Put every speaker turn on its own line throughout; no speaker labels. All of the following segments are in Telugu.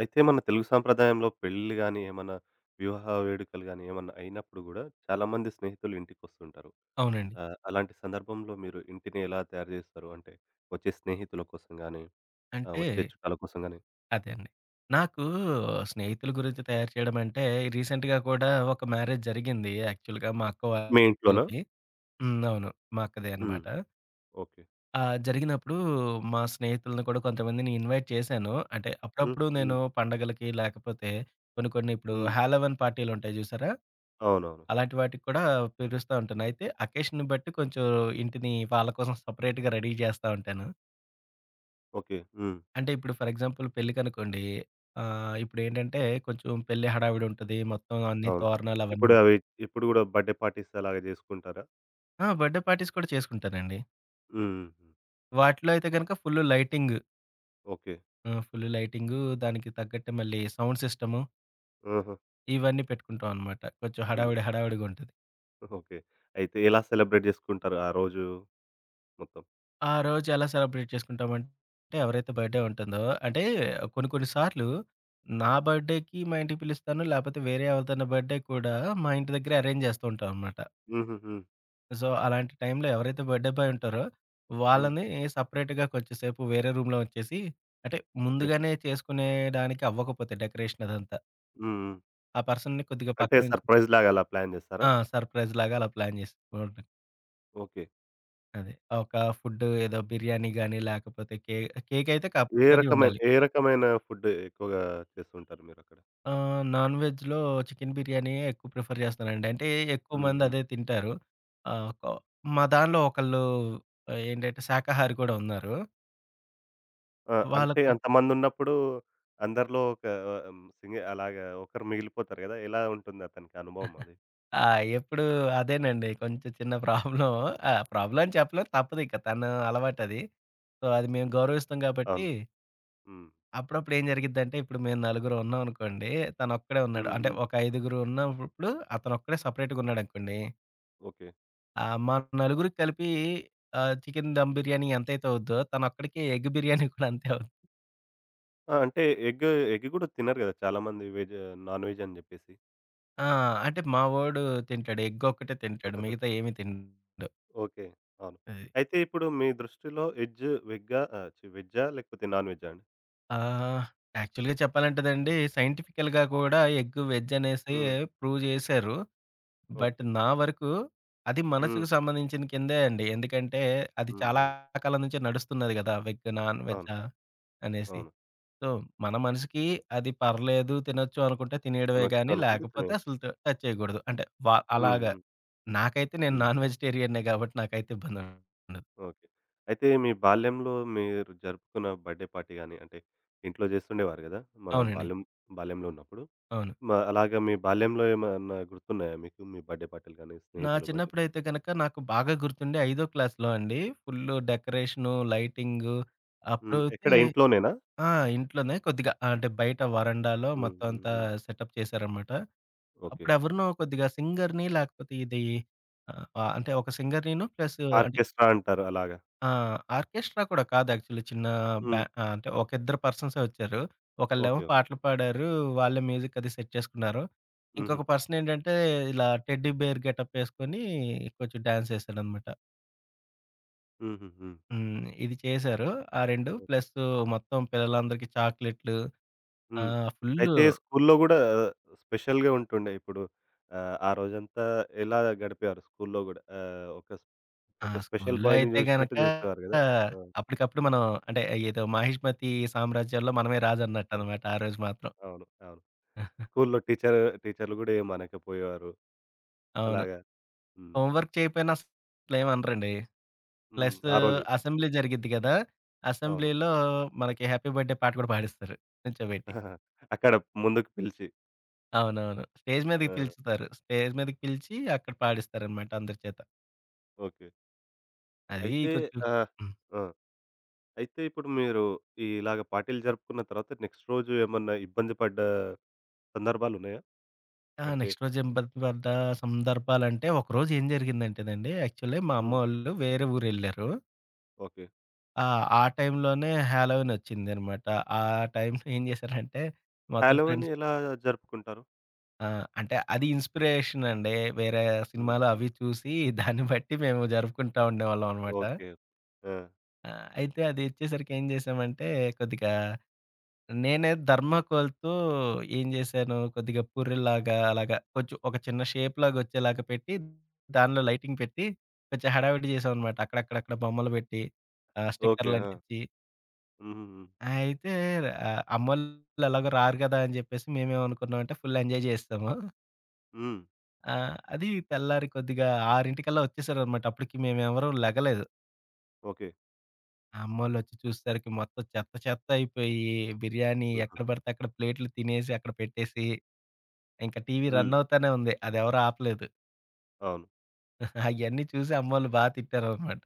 అయితే మన తెలుగు సాంప్రదాయంలో పెళ్ళిళ్ళు గాని, ఏమన్నా వివాహ వేడుకలు గాని, ఏమన్నా అయినప్పుడు గూడా చాలామంది స్నేహితులు ఇంటికొస్తుంటారు.
అవునండి.
అలాంటి సందర్భంలో మీరు ఇంటిని ఎలా తయారు జేస్తారు? అంటే వచ్చే స్నేహితుల కోసం గాని,
అంటే
వచ్చే చుట్టాల కోసం గాని
అదే అండి. నాకు స్నేహితుల గురించి తయారు చేయడం అంటే, రీసెంట్‌గా కూడా ఒక మ్యారేజ్ జరిగింది యాక్చువల్‌గా మా అక్క
మీ ఇంట్లోనా?
వాళ్ళది. హ్మ్. అవును. మా అక్కదే
హ్మ్.
అనమాట.
ఓకే.
జరిగినప్పుడు మా స్నేహితులను కూడా కొంతమందిని ఇన్వైట్ చేశాను. అంటే
హ్మ్.
అప్పుడప్పుడు నేను
హ్మ్.
పండగలకి లేకపోతే కొన్ని కొన్ని ఇప్పుడు
హ్మ్.
హాలోవీన్ పార్టీలుంటాయి చూసారా?
అవునవును.
అలాంటి వాటికి కూడా పిలుస్తా ఉంటాను. అయితే అకేషన్‌ని బట్టి కొంచెం ఇంటిని వాళ్ళ కోసం సెపరేట్‌గా రెడీ చేస్తా ఉంటాను.
ఓకే. హ్మ్.
అంటే ఇప్పుడు ఫర్ ఎగ్జాంపుల్ పెళ్ళికనుకోండి. ఇప్పుడేంటంటే కొంచెం పెళ్లి హడావిడి ఉంటది. మొత్తం అన్ని
అవును.
తోరణాలు అవన్నీ.
ఇప్పుడు అవి ఇప్పుడు గూడా బర్త్‌డే పార్టీస్ అలాగ జేసుకుంటారా?
ఆ! బర్త్‌డే పార్టీస్ కూడా చేసుకుంటానండి.
హ్మ్. హ్మ్.
వాటిలో అయితే గనుక full lighting.
Okay.
Full lighting దానికి తగ్గట్టు మళ్ళీ సౌండ్ సిస్టము,
ఆహా!
ఇవన్నీ పెట్టుకుంటాం అనమాట. కొంచెం
హ్మ్.
హడావిడి హడావిడిగా ఉంటది.
ఓకే. అయితే ఎలా సెలబ్రేట్ జేసుకుంటారు ఆ రోజు మొత్తం?
ఆ రోజు ఎలా సెలబ్రేట్ చేసుకుంటామంటే ఎవరైతే బర్త్‌డే ఉంటుందో, అంటే కొన్ని కొన్ని సార్లు నా బర్త్‌డేకి మా ఇంటికి పిలుస్తాను. లేపోతే వేరే ఎవరిదైనా బర్త్‌డే కూడా మా ఇంటి దగ్గరే అరేంజ్ చేస్తూ ఉంటాం అనమాట.
హుహుహు.
సో, అలాంటి టైంలో ఎవరైతే బర్త్‌డే బాయ్ ఉంటారో,
హ్మ్.
వాళ్ళని సెపరేట్‌గా కొంచెంసేపు వేరే రూమ్‌లో ఉంచేసి, అంటే
ఓకే.
ముందుగానే చేసుకునేడానికి అవ్వకపోతే డెకరేషన్ అదంతా.
హ్మ్. హ్మ్.
ఆ పర్సన్‌ని కొద్దిగా
అంటే
పక్కనుంచి
సర్‌ప్రైజ్‌లాగా అలా ప్లాన్ జేస్తారా?
ఆ! సర్‌ప్రైజ్‌లాగా అలా ప్లాన్ చేసి ఉంటది.
ఓకే.
అదే. ఒక ఫుడ్ ఏదో బిర్యానీ గాని, లేకపోతే కేక్ అయితే
ఏ
కంపల్సరీ
రకమైన
ఉండాలి.
ఏ రకమైన ఫుడ్ ఎక్కువగా చేస్తుంటారు మీరక్కడ?
నాన్ వెజ్‌లో చికెన్ బిర్యానీయే ఎక్కువ ప్రిఫర్ చేస్తానండి. అంటే ఎక్కువ
హ్మ్.
మంది
హ్మ్.
అదే తింటారు. ఒక మా దానిలో ఒకళ్ళు ఏంటంటే శాకాహారి కూడా ఉన్నారు.
ఆ! అంటే
వాళ్ళకు.
అంతమందున్నప్పుడు అందరిలో ఒక హ్మ్. సింగ్ అలాగా ఒకరు మిగిలిపోతారు గదా! ఎలా ఉంటుంది అతనికి అనుభవం అది?
ఆ! ఎప్పుడు అదేనండి. కొంచెం చిన్న ప్రాబ్లమ్. ఆ! ప్రాబ్లమ్ అని చెప్పలేం. తప్పదిక తన అలవాటది. సో, అది మేము గౌరవిస్తాం కాబట్టి,
అవును. హ్మ్.
అప్పుడప్పుడు ఏం జరిగిద్దంటే, ఇప్పుడు మేము నలుగురు ఉన్నామనుకోండి. తనొక్కడే ఉన్నాడు.
హ్మ్.
అంటే
హ్మ్.
ఒక ఐదుగురు ఉన్నప్పుడు అతనొక్కడే సెపరేట్‌గా ఉన్నాడనుకోండి.
ఓకే.
మా నలుగురికి కలిపి చికెన్ దమ్ బిర్యానీ ఎంతైతే అవుద్దో, తనొక్కడికి ఎగ్ బిర్యానీ కూడా అంతే అవుద్ది.
ఆ! అంటే ఎగ్ ఎగ్ గూడా తినరు గదా! చాలా మంది వెజ్ నాన్ వెజ్ అని జెప్పేసి.
ఆ! అంటే మా వోడు తింటాడు. ఎగ్ ఒక్కటే తింటాడు. మిగతా ఏమి తినడు.
ఓకే. అవును.
అది.
అయితే ఇప్పుడు మీ దృష్టిలో ఎడ్జ్ వెగ్గా ఛీ వెజ్జా లేకపోతే నాన్ వెజ్జా అండి?
ఆహ్, యాక్చువల్‌గా చెప్పాలంటేదండి సైంటిఫికల్‌గా కూడా ఎగ్ వెజ్ అనేసి
హ్మ్.
ప్రూవ్ చేశారు. But
okay.
నా వరకు అది
హ్మ్.
మనసుకు సంబంధించిన కిందే అండి. ఎందుకంటే అది
హ్మ్.
చాలా
హ్మ్.
కాలం నుంచి నడుస్తున్నది కదా! వెగ్, నాన్
అవును.
వెజ్జా అనేసి.
అవును.
సో, మన మనసుకి అది పర్లేదు తినొచ్చు అనుకుంటే తినేయడమే
తినొచ్చు
గానీ
అనుకుంటే
లేకపోతే
తినేయొచ్చు.
అసలు టచ్ చేయకూడదు. అంటే
హ్మ్.
అలాగా.
హ్మ్.
నాకైతే నేను
హ్మ్.
నాన్ వెజిటేరియన్‌నే కాబట్టి నాకైతే ఇబ్బందుండదు.
ఓకే. అయితే మీ బాల్యంలో మీరు జరుపుకున్న బర్త్‌డే పార్టీ గాని, అంటే ఇంట్లో చేస్తుండేవారు గదా! మన
అవునండి.
బాల్యంలో ఉన్నప్పుడు.
అవును.
మ అలాగా మీ బాల్యంలో ఏమన్నా గుర్తున్నాయా మీకు? మీ బర్త్‌డే పార్టీలు గాని,
నా
స్నేహితుల బర్త్‌డే
చిన్నప్పుడైతే
పార్టీలు?
గనక నాకు బాగా గుర్తుండే ఐదో క్లాస్‌లో అండి. ఫుల్లు డెకరేషను, లైటింగు
హ్మ్.
అప్పుడైతే
ఎక్కడ ఇంట్లోనేనా?
ఆ! ఇంట్లోనే కొద్దిగా, అంటే బయట వరండాలో
హ్మ్.
మొత్తం
హ్మ్.
అంతా
హ్మ్.
సెటప్ చేశారనమాట.
ఓకే.
అప్పుడెవరినో కొద్దిగా సింగర్‌ని లేకపోతే ఇది అంటే ఒక సింగర్‌నిను ప్లస్, అంటే
ఆర్కెస్ట్రా అంటారు అలాగా.
ఆ! ఆర్కెస్ట్రా కూడా కాదు యాక్చువల్లీ. చిన్న
హ్మ్.
అంటే ఒక ఇద్దరు పర్సన్సే వచ్చారు. ఒకళ్ళేమో
ఓకే. ఓకే.
పాటలు పాడారు. వాళ్ళే మ్యూజిక్ అది సెట్ చేసుకున్నారు.
హుహు.
ఇంకొక పర్సన్ ఏంటంటే ఇలా టెడ్డీ బేర్ గెటప్ ఏసుకొని కొంచెం డాన్స్ ఏసాడనమాట.
హుహు. హ్మ్.
హ్మ్. ఇది చేశారు. ఆ 2
ఓకే.
ప్లస్ మొత్తం పిల్లలందరికీ చాక్లెట్లు,
హ్మ్.
ఫుల్లు.
అయితే స్కూల్లో గూడా స్పెషల్‌గా ఉంటుండే. ఇప్పుడు ఆ రోజంతా ఎలా గడిపారు స్కూల్లో గూడా? ఒక
ఆ!
ఒక స్పెషల్
స్కూల్లో
బాయ్‌ని
అయితే గనక
జూసినట్టు జూసేవారు గదా! ఆ!
అప్పటికప్పుడు మనం, అంటే ఏదో 'మహిష్మతి సామ్రాజ్యాల్లో' మనమే
ఆ!
రాజన్నట్టనమాట ఆ రోజు మాత్రం.
అవును. అవును. స్కూల్లో టీచర్‌లు గూడా ఏం అనకపోయేవారు.
అవును.
అలాగా. హ్మ్.
హోమ్ వర్క్ చేయకపోయినా అసలేమనరండి.
హ్మ్.
ప్లస్
ఆ రోజు.
అసెంబ్లీ జరిగిద్ది గదా!
అవును.
అసెంబ్లీలో మనకి హ్యాపీ బర్త్‌డే పాట కూడా పాడిస్తారు నిల్చోబెట్టి.
అక్కడ ముందుకు పిలిచి.
అవునవును. స్టేజ్ మీదకి
ఆ!
పిలుచుతారు. స్టేజ్ మీదకి పిలిచి అక్కడ పాడిస్తారనమాట అందరి చేత.
ఓకే.
అది
అయితే
కొంచెం.
ఆహ్,
హ్మ్.
ఆ! అయితే ఇప్పుడు మీరు ఇలాగ పార్టీలు జరుపుకున్న తర్వాత నెక్స్ట్ రోజు ఏమన్నా ఇబ్బంది పడ్డ సందర్భాలున్నాయా?
ఆ!
అంటే
నెక్స్ట్ రోజు ఇబ్బంది పడ్డ పడ్డ సందర్భాలంటే ఒకరోజు ఏం జరిగిందంటేనండి యాక్చువల్లీ మా
హ్మ్.
అమ్మోళ్ళు వేరే ఊరెళ్లారు.
ఓకే.
ఆ! ఆ టైంలోనే హాలోవీన్ వచ్చిందనమాట. ఆ టైంలో ఏం చేశారంటే మొత్తం
హాలోవీన్
ఫ్రెండ్స్.
ఎలా జరుపుకుంటారు?
ఆ! అంటే అది ఇన్‌స్పిరేషన్ అండి. వేరే
హ్మ్.
సినిమాలు
హ్మ్.
అవి చూసి దాన్ని బట్టి మేము జరుపుకుంటా ఉండేవాళ్ళం అనమాట.
ఓకే. ఆ!
ఆ! అయితే అది వచ్చేసరికి ఏం చేశామంటే, కొద్దిగా నేనే థర్మాకోల్‌తో ఏం చేశాను కొద్దిగా పూరిల్లాగా అలాగా కొంచెం ఒక చిన్న షేప్‌లాగా వచ్చేలాగా పెట్టి, దానిలో లైటింగ్ పెట్టి కొంచెం హడావిడి చేశామనమాట. అక్కడక్కడక్కడ బొమ్మలు పెట్టి,
ఓకే.
స్టిక్కర్‌లు
ఆ!
అంటించి
హుహుహు.
అయితే, అమ్మోళ్ళు ఎలాగో రారు కదా! అని చెప్పేసి మేమేమనుకున్నామంటే ఫుల్ ఎంజాయ్ చేసేసాము.
హ్మ్.
ఆ! అది తెల్లారి కొద్దిగా 6:00కల్లా వచ్చేసారనమాట. అప్పటికి మేమెవరం లెగలేదు.
ఓకే.
అమ్మోళ్ళొచ్చి చూసేసరికి మొత్తం చెత్త చెత్త అయిపోయి, బిర్యానీ
హుహు.
ఎక్కడ పడితే అక్కడ ప్లేట్లు తినేసి అక్కడ పెట్టేసి, ఇంకా టీవీ
హ్మ్.
రన్ అవుతానే ఉంది. అదెవరు ఆపలేదు.
అవును.
అయన్నీ చూసి అమ్మోళ్ళు బా తిట్టారనమాట.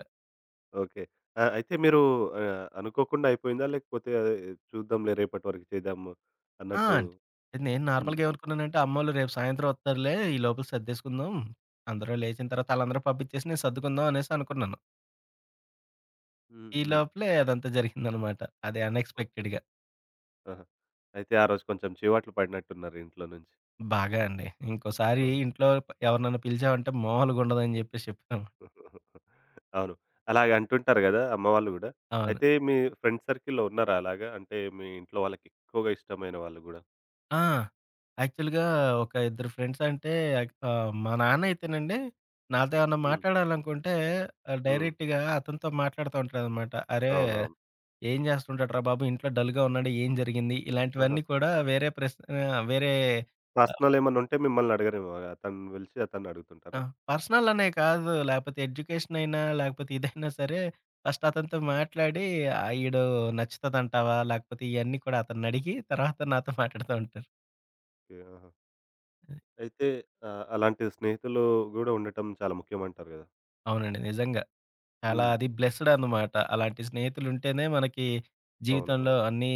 ఓకే. ఆ! అయితే మీరు అనుకోకుండా అయిపోయిందా? లేకపోతే అదే చూద్దాంలే రేపటి వరకు చేద్దాము
ఆ!
అన్నట్టు
అంటే నేను
హ్మ్.
నార్మల్‌గా ఏమనుకున్నానంటే, అమ్మోళ్ళు రేపు సాయంత్రం వత్తారులే, ఈ లోపల సర్దేసుకుందాం. అందరూ లేచిన తర్వాత ఆళ్ళందరూ పంపించేసి నేను సర్దుకుందాం అనేసి అనుకున్నాను.
హ్మ్.
ఈ
హ్మ్.
లోపలే అదంతా జరిగిందనమాట. అదే
ఓకే.
అన్‌ఎక్స్‌పెక్టెడ్‌గా.
ఆహా! అయితే ఆ రోజు కొంచెం చీవాట్లు పడినట్టున్నారు ఇంట్లో నుంచి.
బాగా అండి. ఇంకోసారి ఇంట్లో ఎవరినన్నా పిలిచావంటే మామూలుగుండదని జెప్పేసి చెప్పాను.
అవును. అలాగ అంటుంటారు గదా! అమ్మవాళ్ళు గూడా.
అవును.
అయితే మీ ఫ్రెండ్ సర్కిల్‌లో ఉన్నారా అలాగా? అంటే మీ ఇంట్లో వాళ్ళకి ఎక్కువగా ఇష్టమైన వాళ్ళు గూడా?
ఆ! యాక్చువల్‌గా ఒక ఇద్దరు ఫ్రెండ్స్ అంటే మా నాన్న అయితేనండి నాతో ఏమన్నా
హ్మ్.
మాట్లాడాలనుకుంటే,
హ్మ్.
డైరెక్ట్‌గా అతనితో మాట్లాడుతూ ఉంటాడనమాట. "అరే!
అవునవును.
ఏం జేస్తుంటాడురా బాబు! ఇంట్లో డల్‌గా ఉన్నాడు. ఏం జరిగింది?"
ఆహా!
ఇలాంటివన్నీ కూడా వేరే
పర్సనలేమన్నుంటే మిమ్మల్ని అడగరేమో. అతన్ని పిలిచి అతన్ని
ఆ!
అడుగుతుంటారా?
పర్సనల్ అనే కాదు. లేపోతే ఎడ్యుకేషన్ అయినా, లేకపోతే ఇదైనా సరే ఫస్ట్ అతనితో మాట్లాడి, ఆ! ఈడు నచ్చుతదంటావా? లేకపోతే ఇయన్నీ కూడా అతన్నడిగి తర్వాత నాతో మాట్లాడుతూ ఉంటారు.
ఓకే. ఆహా! అయితే అలాంటి స్నేహితులు గూడా ఉండటం చాలా ముఖ్యమంటారు గదా!
అవునండి. నిజంగా. చాలా
హ్మ్.
అది బ్లెస్డ్ అనమాట. అలాంటి స్నేహితులుంటేనే మనకి
అవును.
జీవితంలో
అవును.
అన్నీ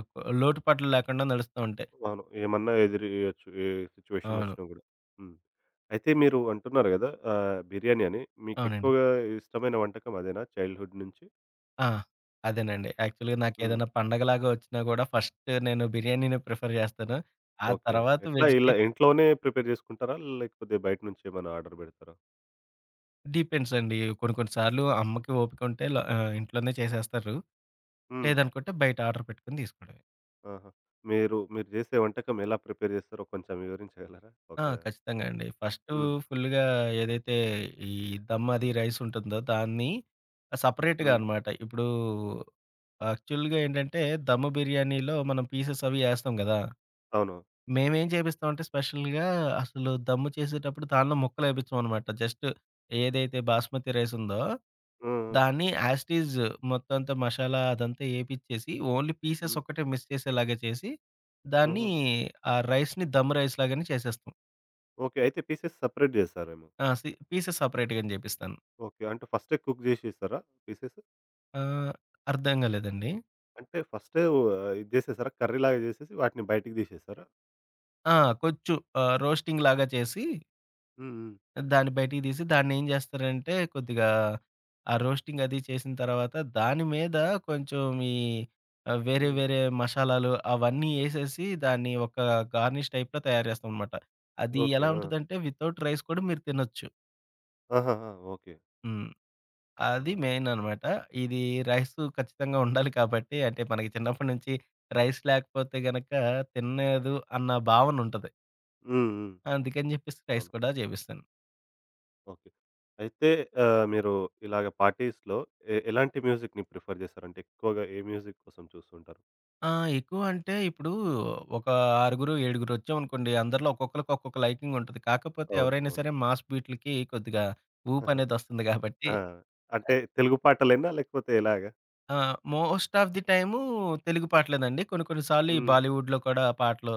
ఒక్ లోటుపాట్లు లేకుండా నడుస్తూ ఉంటాయి.
అవును. ఏమన్నా ఎదురియ్యొచ్చు. ఏ సిట్యుయేషన్
అవును.
ఒచ్చినా గూడా. హ్మ్. అయితే మీరు అంటున్నారు గదా! బిర్యానీ అని.
అవునండి.
మీకెక్కువగా ఇష్టమైన వంటకం అదేనా చైల్డ్‌హుడ్ నుంచి?
ఆ! అదేనండి. యాక్చువల్‌గా
హ్మ్.
నాకేదైనా పండగలాగా వచ్చినా గూడా ఫస్ట్ నేను బిర్యానీనే ప్రిఫర్ జేస్తాను. ఆ
ఓకే.
తర్వాత
ఎట్లా ఇలా ఇంట్లోనే ప్రిపేర్ జేసుకుంటారా? లేకపోతే బయట నుంచి ఏమైనా ఆర్డర్ బెడతారా?
డిపెండ్స్ అండి. కొన్ని కొన్ని సార్లు అమ్మకి ఓపిక ఉంటే ఇంట్లోనే చేసేస్తారు.
హ్మ్.
లేదనుకుంటే బయట ఆర్డర్ పెట్టుకొని తీసుకోవడమే.
ఆహా! మీరు మీరు చేసే వంటకం ఎలా ప్రిపేర్ చేస్తారో కొంచెం వివరించగలరా?
ఆ!
ఒక
ఖచ్చితంగా అండి. ఫస్టు
హ్మ్.
ఫుల్‌గా ఏదైతే ఈ దమ్ అది రైస్ ఉంటుందో దాన్ని సెపరేట్‌గా
హ్మ్.
అనమాట. ఇప్పుడు యాక్చువల్‌గా ఏంటంటే దమ్ బిర్యానీలో మనం పీసెస్ అవి ఏస్తాం గదా!
అవును.
మేమేం చేపిస్తామంటే స్పెషల్‌గా అసలు దమ్ము చేసేటప్పుడు దానిలో ముక్కలేపిచ్చమనమాట. జస్ట్ ఏదైతే బాస్మతి రైస్ ఉందో,
హ్మ్. హ్మ్.
దాన్ని యాజ్ ఇట్ ఈజ్ మొత్తం అంతా మసాలా అదంతా ఏపిచ్చేసి, ఓన్లీ పీసెస్
హ్మ్.
ఒక్కటే మిస్ చేసేలాగా చేసి, దాన్ని
హుహు.
ఆ రైస్‌ని దమ్ రైస్ లాగానే చేసేస్తాం.
ఓకే. అయితే పీసెస్ సెపరేట్ చేస్తారేమో.
ఆ! పీసెస్ సెపరేట్‌గానే చేపిస్తాను.
ఓకే. అంటే ఫస్టే కుక్ చేసేస్తారా పీసెస్?
ఆహ్, అర్థం కాలేదండి.
అంటే ఫస్టే ఓ ఇది చేసేసారా? కర్రీలాగా చేసేసి వాటిని బయటికి తీసేసారా?
ఆ! కొంచెం రోస్టింగ్ లాగా చేసి
హ్మ్. హ్మ్.
దాన్ని బయటికి తీసి దాన్నేం జేస్తారంటే, కొద్దిగా ఆ రోస్టింగ్ అది చేసిన తర్వాత, దాని మీద కొంచెం ఈ వేరే
హ్మ్.
వేరే మషాలాలు అవన్నీ ఏసేసి, దాన్ని ఒక గార్నిష్ టైప్‌లో తయారు జేస్తామనమాట. అది
ఓకే.
ఎలా
ఆ!
ఉంటదంటే, వితౌట్ రైస్ కూడా మీరు తినొచ్చు.
ఆహాహా! ఓకే.
హ్మ్. అది
అలా.
మెయిన్ అనమాట. ఇది రైసు ఖచ్చితంగా ఉండాలి కాబట్టి, అంటే మనకి చిన్నప్పటి నుంచి రైస్ లేకపోతే గనక తినలేదు అన్న భావనుంటది.
హ్మ్. హ్మ్.
అందుకని జెప్పేసి రైస్
అవును.
కూడా జేపిస్తాను.
ఓకే. అయితే మీరు ఇలాగ పార్టీస్‌లో ఎలాంటి మ్యూజిక్‌ని ప్రిఫర్ చేస్తారంటే ఎక్కువగా ఏ మ్యూజిక్ కోసం చూస్తుంటారు?
ఆ! ఎక్కువ అంటే ఇప్పుడు ఒక ఆరుగురు, ఏడుగురు వచ్చామనుకోండి. అందరిలో ఒక్కొక్కళ్ళకి ఒక్కొక్క లైకింగ్ ఉంటది. కాకపోతే
అవును.
ఎవరైనా
అవును.
సరే మాస్ బీట్‌లకి కొద్దిగా ఊపనేది వస్తుంది గాబట్టి
ఆ! అంటే తెలుగు పాటలేనా? లేకపోతే ఎలాగా?
ఆ! Most of the time Telugu పాటలేనండి. కొన్ని కొన్ని సార్లు ఈ
హ్మ్.
బాలీవుడ్‌లో కూడా పాటలు,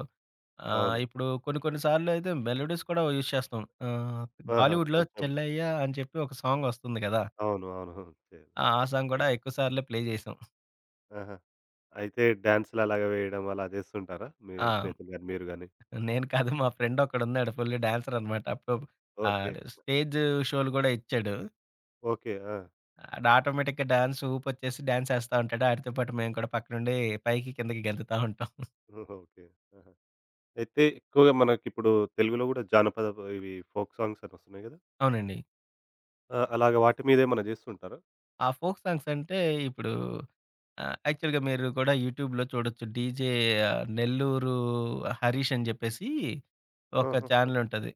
అవును.
ఇప్పుడు కొన్ని కొన్ని సార్లు అయితే మెలోడీస్ కూడా యూజ్ చేస్తాం. ఆహ్,
ఆహా!
బాలీవుడ్‌లో
కొంచెం
'చెల్లయ్య' అని చెప్పి ఒక సాంగ్ వస్తుంది గదా!
అవును. అవును. అవును. చేయాలి.
ఆ! ఆ సాంగ్ గూడా
అవును.
ఎక్కువ సార్లే ప్లే చేసాం.
ఆహా! అయితే డాన్సులు అలాగా వేయడం అలా చేస్తుంటారా? మీ
ఆ!
స్నేహితులు గాని, మీరు గాని?
నేను కాదు. మా ఫ్రెండొకడున్నాడు. ఫుల్ డాన్సర్ అనమాట. అప్పుడు
ఓకే.
ఆడు స్టేజ్ షోలు గూడా ఇచ్చాడు.
ఓకే. ఆ!
ఆడు ఆటోమేటిక్‌గా డాన్స్ ఊపొచ్చేసి డాన్సేస్తా ఉంటాడు. ఆడితో పాటు మేము కూడా పక్కనుండి పైకి, కిందకి గెంతుతా ఉంటాం.
ఓహో! ఓకే. ఆహా! అయితే ఎక్కువగా మనకిప్పుడు తెలుగులో గూడా జానపద ఇవి ఫోక్ సాంగ్స్ అని వస్తున్నాయి గదా!
అవునండి.
ఆ! అలాగా వాటి మీద ఏమన్నా చేస్తుంటారా?
ఆ ఫోక్ సాంగ్స్ అంటే ఇప్పుడు యాక్చువల్‌గా మీరు కూడా యూట్యూబ్‌లో చూడొచ్చు. డీజే నెల్లూరు హరీష్ అని జెప్పేసి ఒక
ఆహా! ఓకే.
ఛానెలుంటది.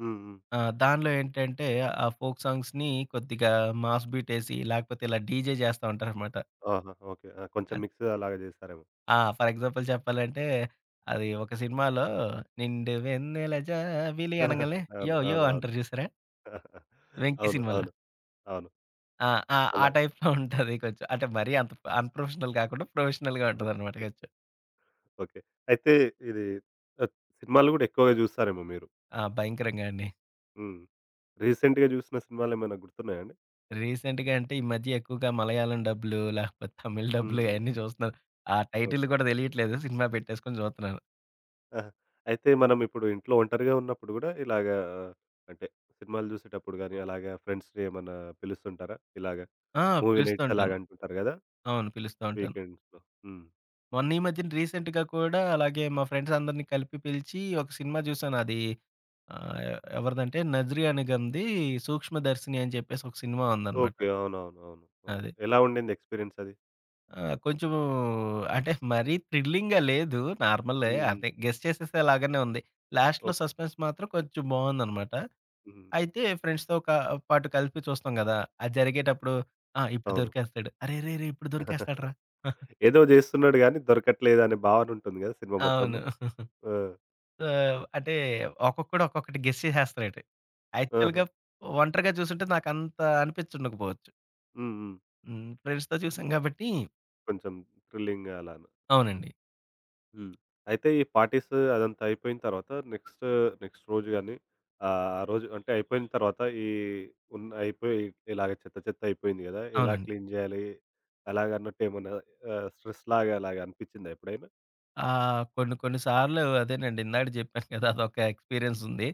హ్మ్. హ్మ్.
ఆ! దానిలో ఏంటంటే ఆ ఫోక్ సాంగ్స్‌ని కొద్దిగా మాస్ బీటేసి, లేకపోతే ఇలా డీజే జేస్తా ఉంటారనమాట.
ఆహా! ఓకే. ఆ! కొంచెం మిక్స్ అలాగా చేస్తారేమో.
ఆ! ఫర్ ఎగ్జాంపుల్ చెప్పాలంటే, అది ఒక సినిమాలో 'నిండు వెన్నెల జాబిలి' అనంగాల్నే యో
అవును.
యో
అవును. అవును.
అంటారు చూసారా? 'వెంకీ'
అవును.
సినిమాలో.
అవును. అవును.
ఆ! ఆ! ఆ
అలా
టైప్‌లో ఉంటది కొంచెం. అంటే మరీ అంత అన్‌ప్రొఫెషనల్ కాకుండా ప్రొఫెషనల్‌గా ఉంటదనమాట కొంచెం.
ఓకే. అయితే ఇది ఆహ్, సినిమాలు గూడా ఎక్కువగా జూస్తారేమో మీరు?
ఆ! భయంకరంగా అండి.
హ్మ్. రీసెంట్‌గా జూసిన సినిమాలేమైనా గుర్తున్నాయా అండి?
రీసెంట్‌గా అంటే ఈ మధ్య ఎక్కువగా మలయాళం డబ్‌లు, లేకపోతే తమిళ్ డబ్‌లు
హ్మ్.
అయన్నీ చూస్తున్నాను. ఆ టైటిల్‌లు
ఓకే.
కూడా తెలియట్లేదు. సినిమా పెట్టేసుకొని చూస్తున్నాను.
ఆహా! అయితే మనం ఇప్పుడు ఇంట్లో ఒంటరిగా ఉన్నప్పుడు గూడా ఇలాగా ఆ, అంటే సినిమాలు జూసేటప్పుడు గానీ, అలాగా ఫ్రెండ్స్‌ని ఏమన్నా పిలుస్తుంటారా? ఇలాగ
ఆ!
మూవీ
పిలుస్తూ
నైట్స్ అలాగ
ఉంటాను.
అంటుంటారు గదా!
అవును. పిలుస్తూ ఉంటాను.
వీకెండ్స్‌లో. హ్మ్.
మొన్న ఈ మధ్యన రీసెంట్‌గా కూడా అలాగే మా ఫ్రెండ్స్ అందరిని కలిపి పిలిచి ఒక సినిమా చూసాను. అది ఆ! ఎవరిదంటే 'నజ్రీ' అనిగంది 'సూక్ష్మదర్శిని' అని చెప్పేసి ఒక సినిమా ఉందనమాట.
ఓకే. అవునవును. అవును. అవును. అవును
అది.
ఎలా ఉండింది ఎక్స్‌పీరియన్స్ అది?
ఆ! కొంచెం అంటే మరీ థ్రిల్లింగ్‌గా లేదు. నార్మలే
హ్మ్.
అదే గెస్ చేసేసేలాగానే ఉంది. లాస్ట్‌లో
ఓకే.
సస్పెన్స్ మాత్రం కొంచెం బావుందనమాట.
హ్మ్.
అయితే ఫ్రెండ్స్‌తో పాటు కలిపి చూస్తాం గదా! అది జరిగేటప్పుడు ఆ! ఇప్పుడు
అవును.
దొరికేస్తాడు. అరెరెరే! ఇప్పుడు దొరికేస్తాడురా!
ఏదో జేస్తున్నాడు గానీ దొరకట్లేదనే భావన ఉంటుంది గదా! సినిమా
అవును.
మొత్తంలో. ఆ!
సో, అంటే ఒక్కొక్కడు ఒక్కొక్కటి గెస్ చేసేస్తున్నాడు.
ఆహా!
యాక్చువల్‌గా ఒంటరిగా చూసుంటే నాకంత అనిపించుండకపోవచ్చు.
హ్మ్. హ్మ్.
హ్మ్. ఫ్రెండ్స్‌తో చూసాం గాబట్టి
కొంచెం థ్రిల్లింగ్‌గా అలానా.
అవునండి.
హ్మ్. అయితే ఈ పార్టీస్ అదంతా అయిపోయిన తర్వాత నెక్స్ట్ రోజు గాని ఆ రోజు అంటే అయిపోయిన తర్వాత ఈ ఉన్న అయిపోయి ఇలాగ చెత్త చెత్త అయిపోయింది గదా! ఎలా
అవునండి.
క్లీన్ జేయాలి? అలాగన్నట్టు ఏమన్నా స్ట్రెస్ లాగా అలాగ అనిపిచ్చిందా ఎప్పుడైనా?
కొన్ని కొన్ని సార్లు అదేనండి ఇందాక జెప్పాను కదా! అదొక ఎక్స్‌పీరియన్స్ ఉంది.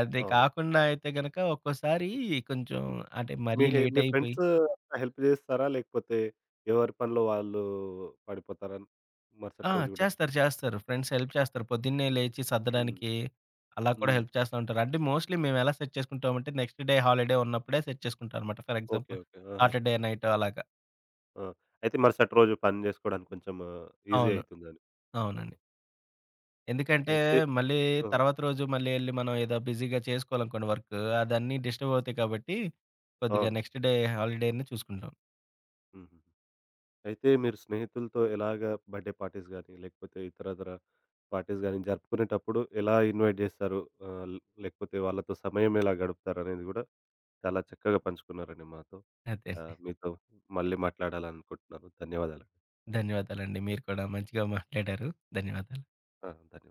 అది
అవును.
కాకుండా అయితే గనక ఒక్కోసారి కొంచెం అంటే మరీ లేట్
మీ
అయిపోయి
ఫ్రెండ్స్ హెల్ప్ జేస్తారా? లేకపోతే ఎవరి పనిలో వాళ్ళు పడిపోతారా
ఆ!
మరుసటి రోజు గూడా?
చేస్తారు. చేస్తారు. ఫ్రెండ్స్ హెల్ప్ చేస్తారు. పొద్దున్నే లేచి
హ్మ్.
సర్దడానికి అలా కూడా
హ్మ్.
హెల్ప్ చేస్తా ఉంటారు. అంటే మోస్ట్‌లీ మేమెలా సెట్ చేసుకుంటామంటే నెక్స్ట్ డే హాలిడే ఉన్నప్పుడే సెట్ చేసుకుంటాం అనమాట. For
okay.
Example
okay. ఆహా!
సాటర్‌డే నైట్ అలాగా.
ఆ! అయితే మరుసటి రోజు పని జేసుకోవడానికి కొంచెం ఈజీ
అవును.
అయితుందని.
అవునండి.
ఆహా!
ఎందుకంటే,
అయితే
మళ్ళీ
ఆ!
తర్వాత రోజు మళ్ళీ ఎళ్లి మనం ఏదో బిజీగా చేసుకోవాలనుకోండి వర్క్, అదన్నీ డిస్టర్బ్ అవుతాయి కాబట్టి, కొద్దిగా
అవును.
నెక్స్ట్ డే హాలిడేని చూసుకుంటాం.
హుహు. అయితే మీరు స్నేహితులతో ఎలాగా బర్త్‌డే పార్టీస్ గాని, లేకపోతే ఇతరతర పార్టీస్ గాని జరుపుకునేటప్పుడు ఎలా ఇన్వైట్ జేస్తారు? ఆహ్, ల్ లేకపోతే వాళ్ళతో సమయం ఎలా గడుపుతారనేది గూడా చాలా చక్కగా పంచుకున్నారండి మాతో.
అదే.
మీతో మళ్ళీ మాట్లాడాలనుకుంటున్నాను. ధన్యవాదాలండి.
ధన్యవాదాలండి. మీరు కూడా మంచిగా మాట్లాడారు. ధన్యవాదాలు.
ఆ! ధన్యవాదాలు.